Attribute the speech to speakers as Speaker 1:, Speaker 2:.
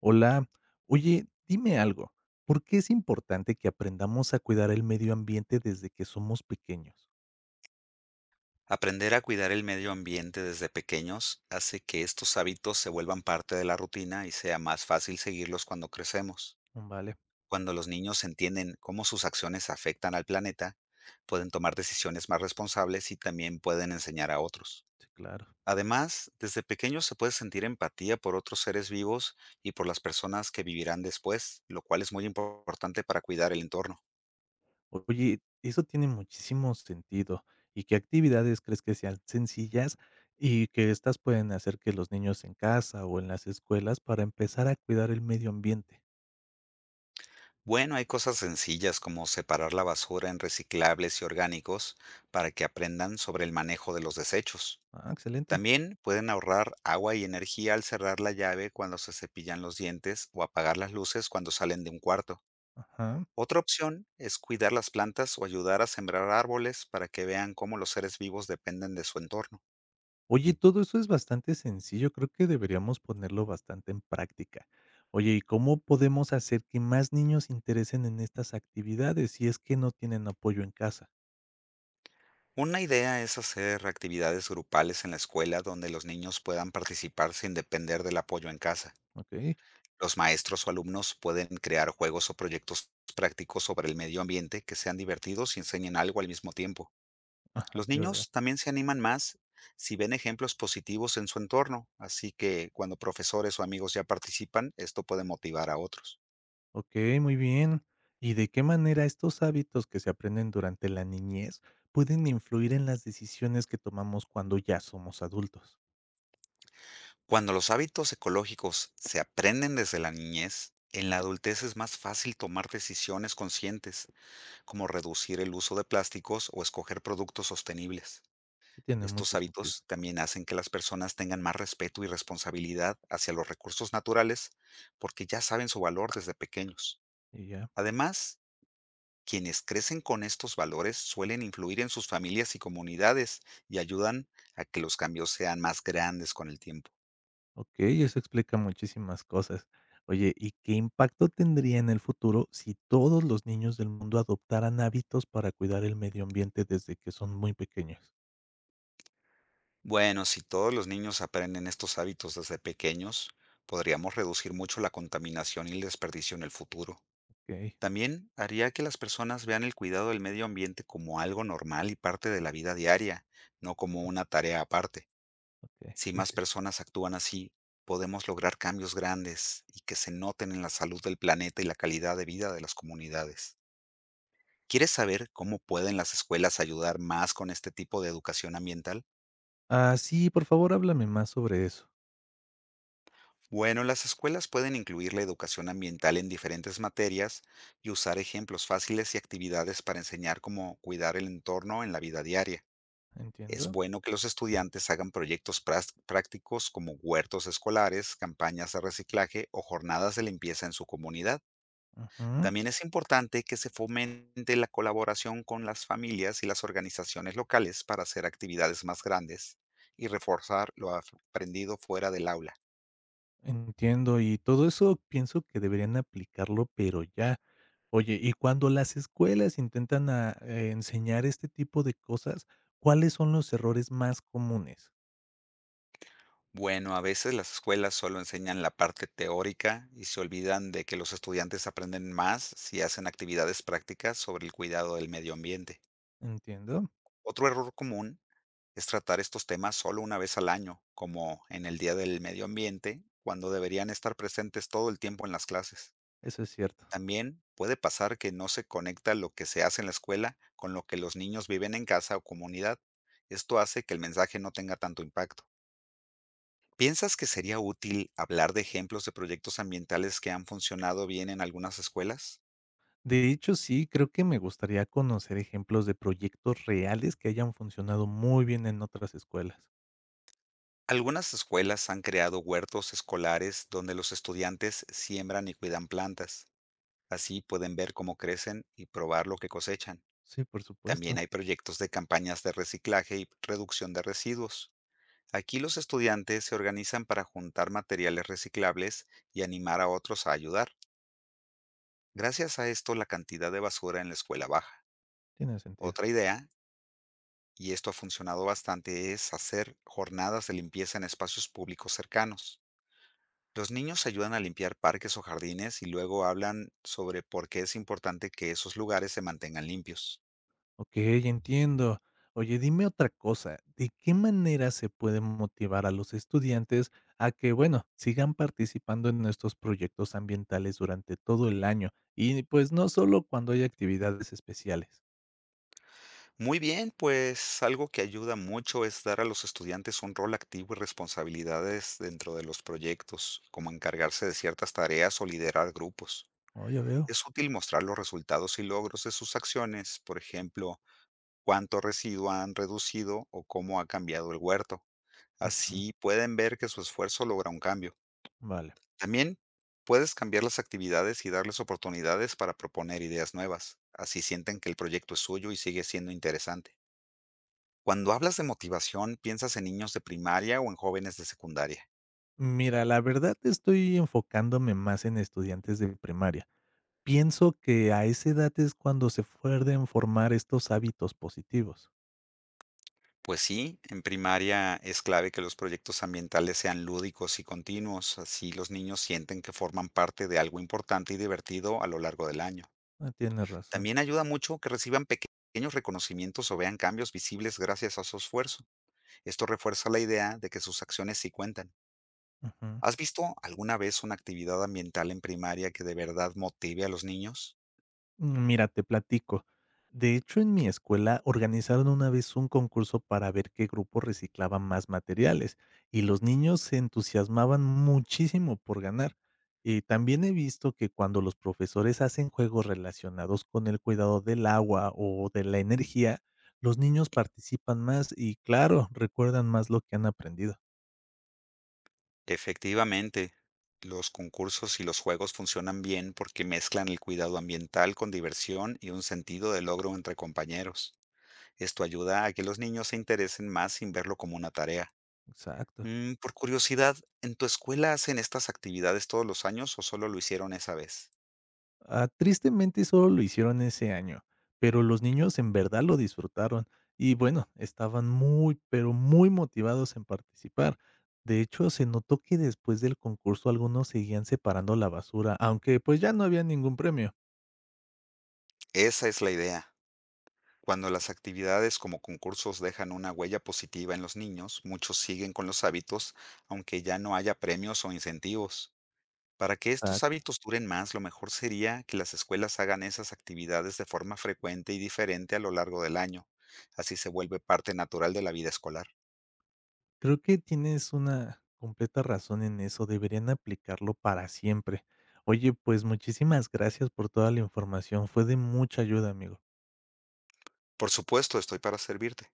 Speaker 1: Hola, oye, dime algo, ¿por qué es importante que aprendamos a cuidar el medio ambiente desde que somos pequeños?
Speaker 2: Aprender a cuidar el medio ambiente desde pequeños hace que estos hábitos se vuelvan parte de la rutina y sea más fácil seguirlos cuando crecemos.
Speaker 1: Vale,
Speaker 2: Cuando los niños entienden cómo sus acciones afectan al planeta, pueden tomar decisiones más responsables y también pueden enseñar a otros.
Speaker 1: sí, claro.
Speaker 2: Además, desde pequeños se puede sentir empatía por otros seres vivos y por las personas que vivirán después, lo cual es muy importante para cuidar el entorno.
Speaker 1: Oye, eso tiene muchísimo sentido. ¿Y qué actividades crees que sean sencillas y que estas pueden hacer que los niños en casa o en las escuelas para empezar a cuidar el medio ambiente?
Speaker 2: Bueno, hay cosas sencillas como separar la basura en reciclables y orgánicos para que aprendan sobre el manejo de los desechos.
Speaker 1: Ah, excelente.
Speaker 2: También pueden ahorrar agua y energía al cerrar la llave cuando se cepillan los dientes o apagar las luces cuando salen de un cuarto.
Speaker 1: Ajá.
Speaker 2: Otra opción es cuidar las plantas o ayudar a sembrar árboles para que vean cómo los seres vivos dependen de su entorno.
Speaker 1: Oye, todo eso es bastante sencillo, creo que deberíamos ponerlo bastante en práctica. Oye, ¿y cómo podemos hacer que más niños se interesen en estas actividades si es que no tienen apoyo en casa?
Speaker 2: Una idea es hacer actividades grupales en la escuela donde los niños puedan participar sin depender del apoyo en casa.
Speaker 1: Okey,
Speaker 2: Los maestros o alumnos pueden crear juegos o proyectos prácticos sobre el medio ambiente que sean divertidos y enseñen algo al mismo tiempo.
Speaker 1: ajá,
Speaker 2: Los
Speaker 1: ya veo.
Speaker 2: niños también se animan más si ven ejemplos positivos en su entorno, así que cuando profesores o amigos ya participan, esto puede motivar a otros.
Speaker 1: Okey, muy bien. ¿Y de qué manera estos hábitos que se aprenden durante la niñez pueden influir en las decisiones que tomamos cuando ya somos adultos?
Speaker 2: Cuando los hábitos ecológicos se aprenden desde la niñez, en la adultez es más fácil tomar decisiones conscientes, como reducir el uso de plásticos o escoger productos sostenibles.
Speaker 1: Sí, tiene
Speaker 2: Estos
Speaker 1: mucho sentido.
Speaker 2: hábitos también hacen que las personas tengan más respeto y responsabilidad hacia los recursos naturales porque ya saben su valor desde pequeños.
Speaker 1: Y ya.
Speaker 2: Además, quienes crecen con estos valores suelen influir en sus familias y comunidades y ayudan a que los cambios sean más grandes con el tiempo.
Speaker 1: Okey, eso explica muchísimas cosas. Oye, ¿y qué impacto tendría en el futuro si todos los niños del mundo adoptaran hábitos para cuidar el medio ambiente desde que son muy pequeños?
Speaker 2: Bueno, si todos los niños aprenden estos hábitos desde pequeños, podríamos reducir mucho la contaminación y el desperdicio en el futuro.
Speaker 1: Okey,
Speaker 2: También haría que las personas vean el cuidado del medio ambiente como algo normal y parte de la vida diaria, no como una tarea aparte.
Speaker 1: okey.
Speaker 2: Si
Speaker 1: Sí,
Speaker 2: más
Speaker 1: sí, sí.
Speaker 2: personas actúan así, podemos lograr cambios grandes y que se noten en la salud del planeta y la calidad de vida de las comunidades. ¿Quieres saber cómo pueden las escuelas ayudar más con este tipo de educación ambiental?
Speaker 1: Ah, sí, por favor, háblame más sobre eso.
Speaker 2: Bueno, las escuelas pueden incluir la educación ambiental en diferentes materias y usar ejemplos fáciles y actividades para enseñar cómo cuidar el entorno en la vida diaria. Es
Speaker 1: Entiendo.
Speaker 2: bueno que los estudiantes hagan proyectos prácticos como huertos escolares, campañas de reciclaje o jornadas de limpieza en su comunidad.
Speaker 1: Ujú.
Speaker 2: También es importante que se fomente la colaboración con las familias y las organizaciones locales para hacer actividades más grandes y reforzar lo aprendido fuera del aula.
Speaker 1: Entiendo, y todo eso pienso que deberían aplicarlo, pero ya. Oye, y cuando las escuelas intentan a enseñar este tipo de cosas, ¿cuáles son los errores más comunes?
Speaker 2: Bueno, a veces las escuelas solo enseñan la parte teórica y se olvidan de que los estudiantes aprenden más si hacen actividades prácticas sobre el cuidado del medio ambiente.
Speaker 1: Entiendo.
Speaker 2: Otro error común es tratar estos temas solo una vez al año, como en el Día del Medio Ambiente, cuando deberían estar presentes todo el tiempo en las clases.
Speaker 1: Eso es cierto.
Speaker 2: También puede pasar que no se conecta lo que se hace en la escuela con lo que los niños viven en casa o comunidad. Esto hace que el mensaje no tenga tanto impacto. ¿Piensas que sería útil hablar de ejemplos de proyectos ambientales que han funcionado bien en algunas escuelas?
Speaker 1: De hecho, sí, creo que me gustaría conocer ejemplos de proyectos reales que hayan funcionado muy bien en otras escuelas.
Speaker 2: Algunas escuelas han creado huertos escolares donde los estudiantes siembran y cuidan plantas. Así pueden ver cómo crecen y probar lo que cosechan.
Speaker 1: Sí, por
Speaker 2: También
Speaker 1: supuesto,
Speaker 2: hay proyectos de campañas de reciclaje y reducción de residuos. Aquí los estudiantes se organizan para juntar materiales reciclables y animar a otros a ayudar. Gracias a esto, la cantidad de basura en la escuela baja.
Speaker 1: tiene sentido.
Speaker 2: Otra idea, y esto ha funcionado bastante, es hacer jornadas de limpieza en espacios públicos cercanos. Los niños ayudan a limpiar parques o jardines y luego hablan sobre por qué es importante que esos lugares se mantengan limpios.
Speaker 1: Ok, entiendo. Oye, dime otra cosa, ¿de qué manera se puede motivar a los estudiantes a que, bueno, sigan participando en estos proyectos ambientales durante todo el año? Y pues no solo cuando hay actividades especiales.
Speaker 2: Muy bien, pues algo que ayuda mucho es dar a los estudiantes un rol activo y responsabilidades dentro de los proyectos, como encargarse de ciertas tareas o liderar grupos.
Speaker 1: Oh, ya veo.
Speaker 2: Es útil mostrar los resultados y logros de sus acciones, por ejemplo, cuánto residuo han reducido o cómo ha cambiado el huerto.
Speaker 1: Ujú.
Speaker 2: Así pueden ver que su esfuerzo logra un cambio.
Speaker 1: Vale.
Speaker 2: También puedes cambiar las actividades y darles oportunidades para proponer ideas nuevas. Así sienten que el proyecto es suyo y sigue siendo interesante. Cuando hablas de motivación, ¿piensas en niños de primaria o en jóvenes de secundaria?
Speaker 1: Mira, la verdad estoy enfocándome más en estudiantes de primaria. Pienso que a esa edad es cuando se pueden formar estos hábitos positivos.
Speaker 2: Pues sí, en primaria es clave que los proyectos ambientales sean lúdicos y continuos, así los niños sienten que forman parte de algo importante y divertido a lo largo del año.
Speaker 1: Ah, tienes razón.
Speaker 2: También ayuda mucho que reciban pequeños reconocimientos o vean cambios visibles gracias a su esfuerzo. Esto refuerza la idea de que sus acciones sí cuentan.
Speaker 1: Ujú.
Speaker 2: ¿Has visto alguna vez una actividad ambiental en primaria que de verdad motive a los niños?
Speaker 1: Mm, mira, te platico. De hecho, en mi escuela organizaron una vez un concurso para ver qué grupo reciclaba más materiales, y los niños se entusiasmaban muchísimo por ganar. Y también he visto que cuando los profesores hacen juegos relacionados con el cuidado del agua o de la energía, los niños participan más y, claro, recuerdan más lo que han aprendido.
Speaker 2: Efectivamente, los concursos y los juegos funcionan bien porque mezclan el cuidado ambiental con diversión y un sentido de logro entre compañeros. Esto ayuda a que los niños se interesen más sin verlo como una tarea.
Speaker 1: Exacto.
Speaker 2: Por curiosidad, ¿en tu escuela hacen estas actividades todos los años o solo lo hicieron esa vez?
Speaker 1: Ah, tristemente solo lo hicieron ese año, pero los niños en verdad lo disfrutaron y bueno, estaban muy, pero muy motivados en participar. De hecho, se notó que después del concurso algunos seguían separando la basura, aunque pues ya no había ningún premio.
Speaker 2: Esa es la idea. Cuando las actividades como concursos dejan una huella positiva en los niños, muchos siguen con los hábitos, aunque ya no haya premios o incentivos. Para que estos
Speaker 1: Exacto.
Speaker 2: hábitos duren más, lo mejor sería que las escuelas hagan esas actividades de forma frecuente y diferente a lo largo del año. Así se vuelve parte natural de la vida escolar.
Speaker 1: Creo que tienes una completa razón en eso, deberían aplicarlo para siempre. Oye, pues muchísimas gracias por toda la información, fue de mucha ayuda, amigo.
Speaker 2: Por supuesto, estoy para servirte.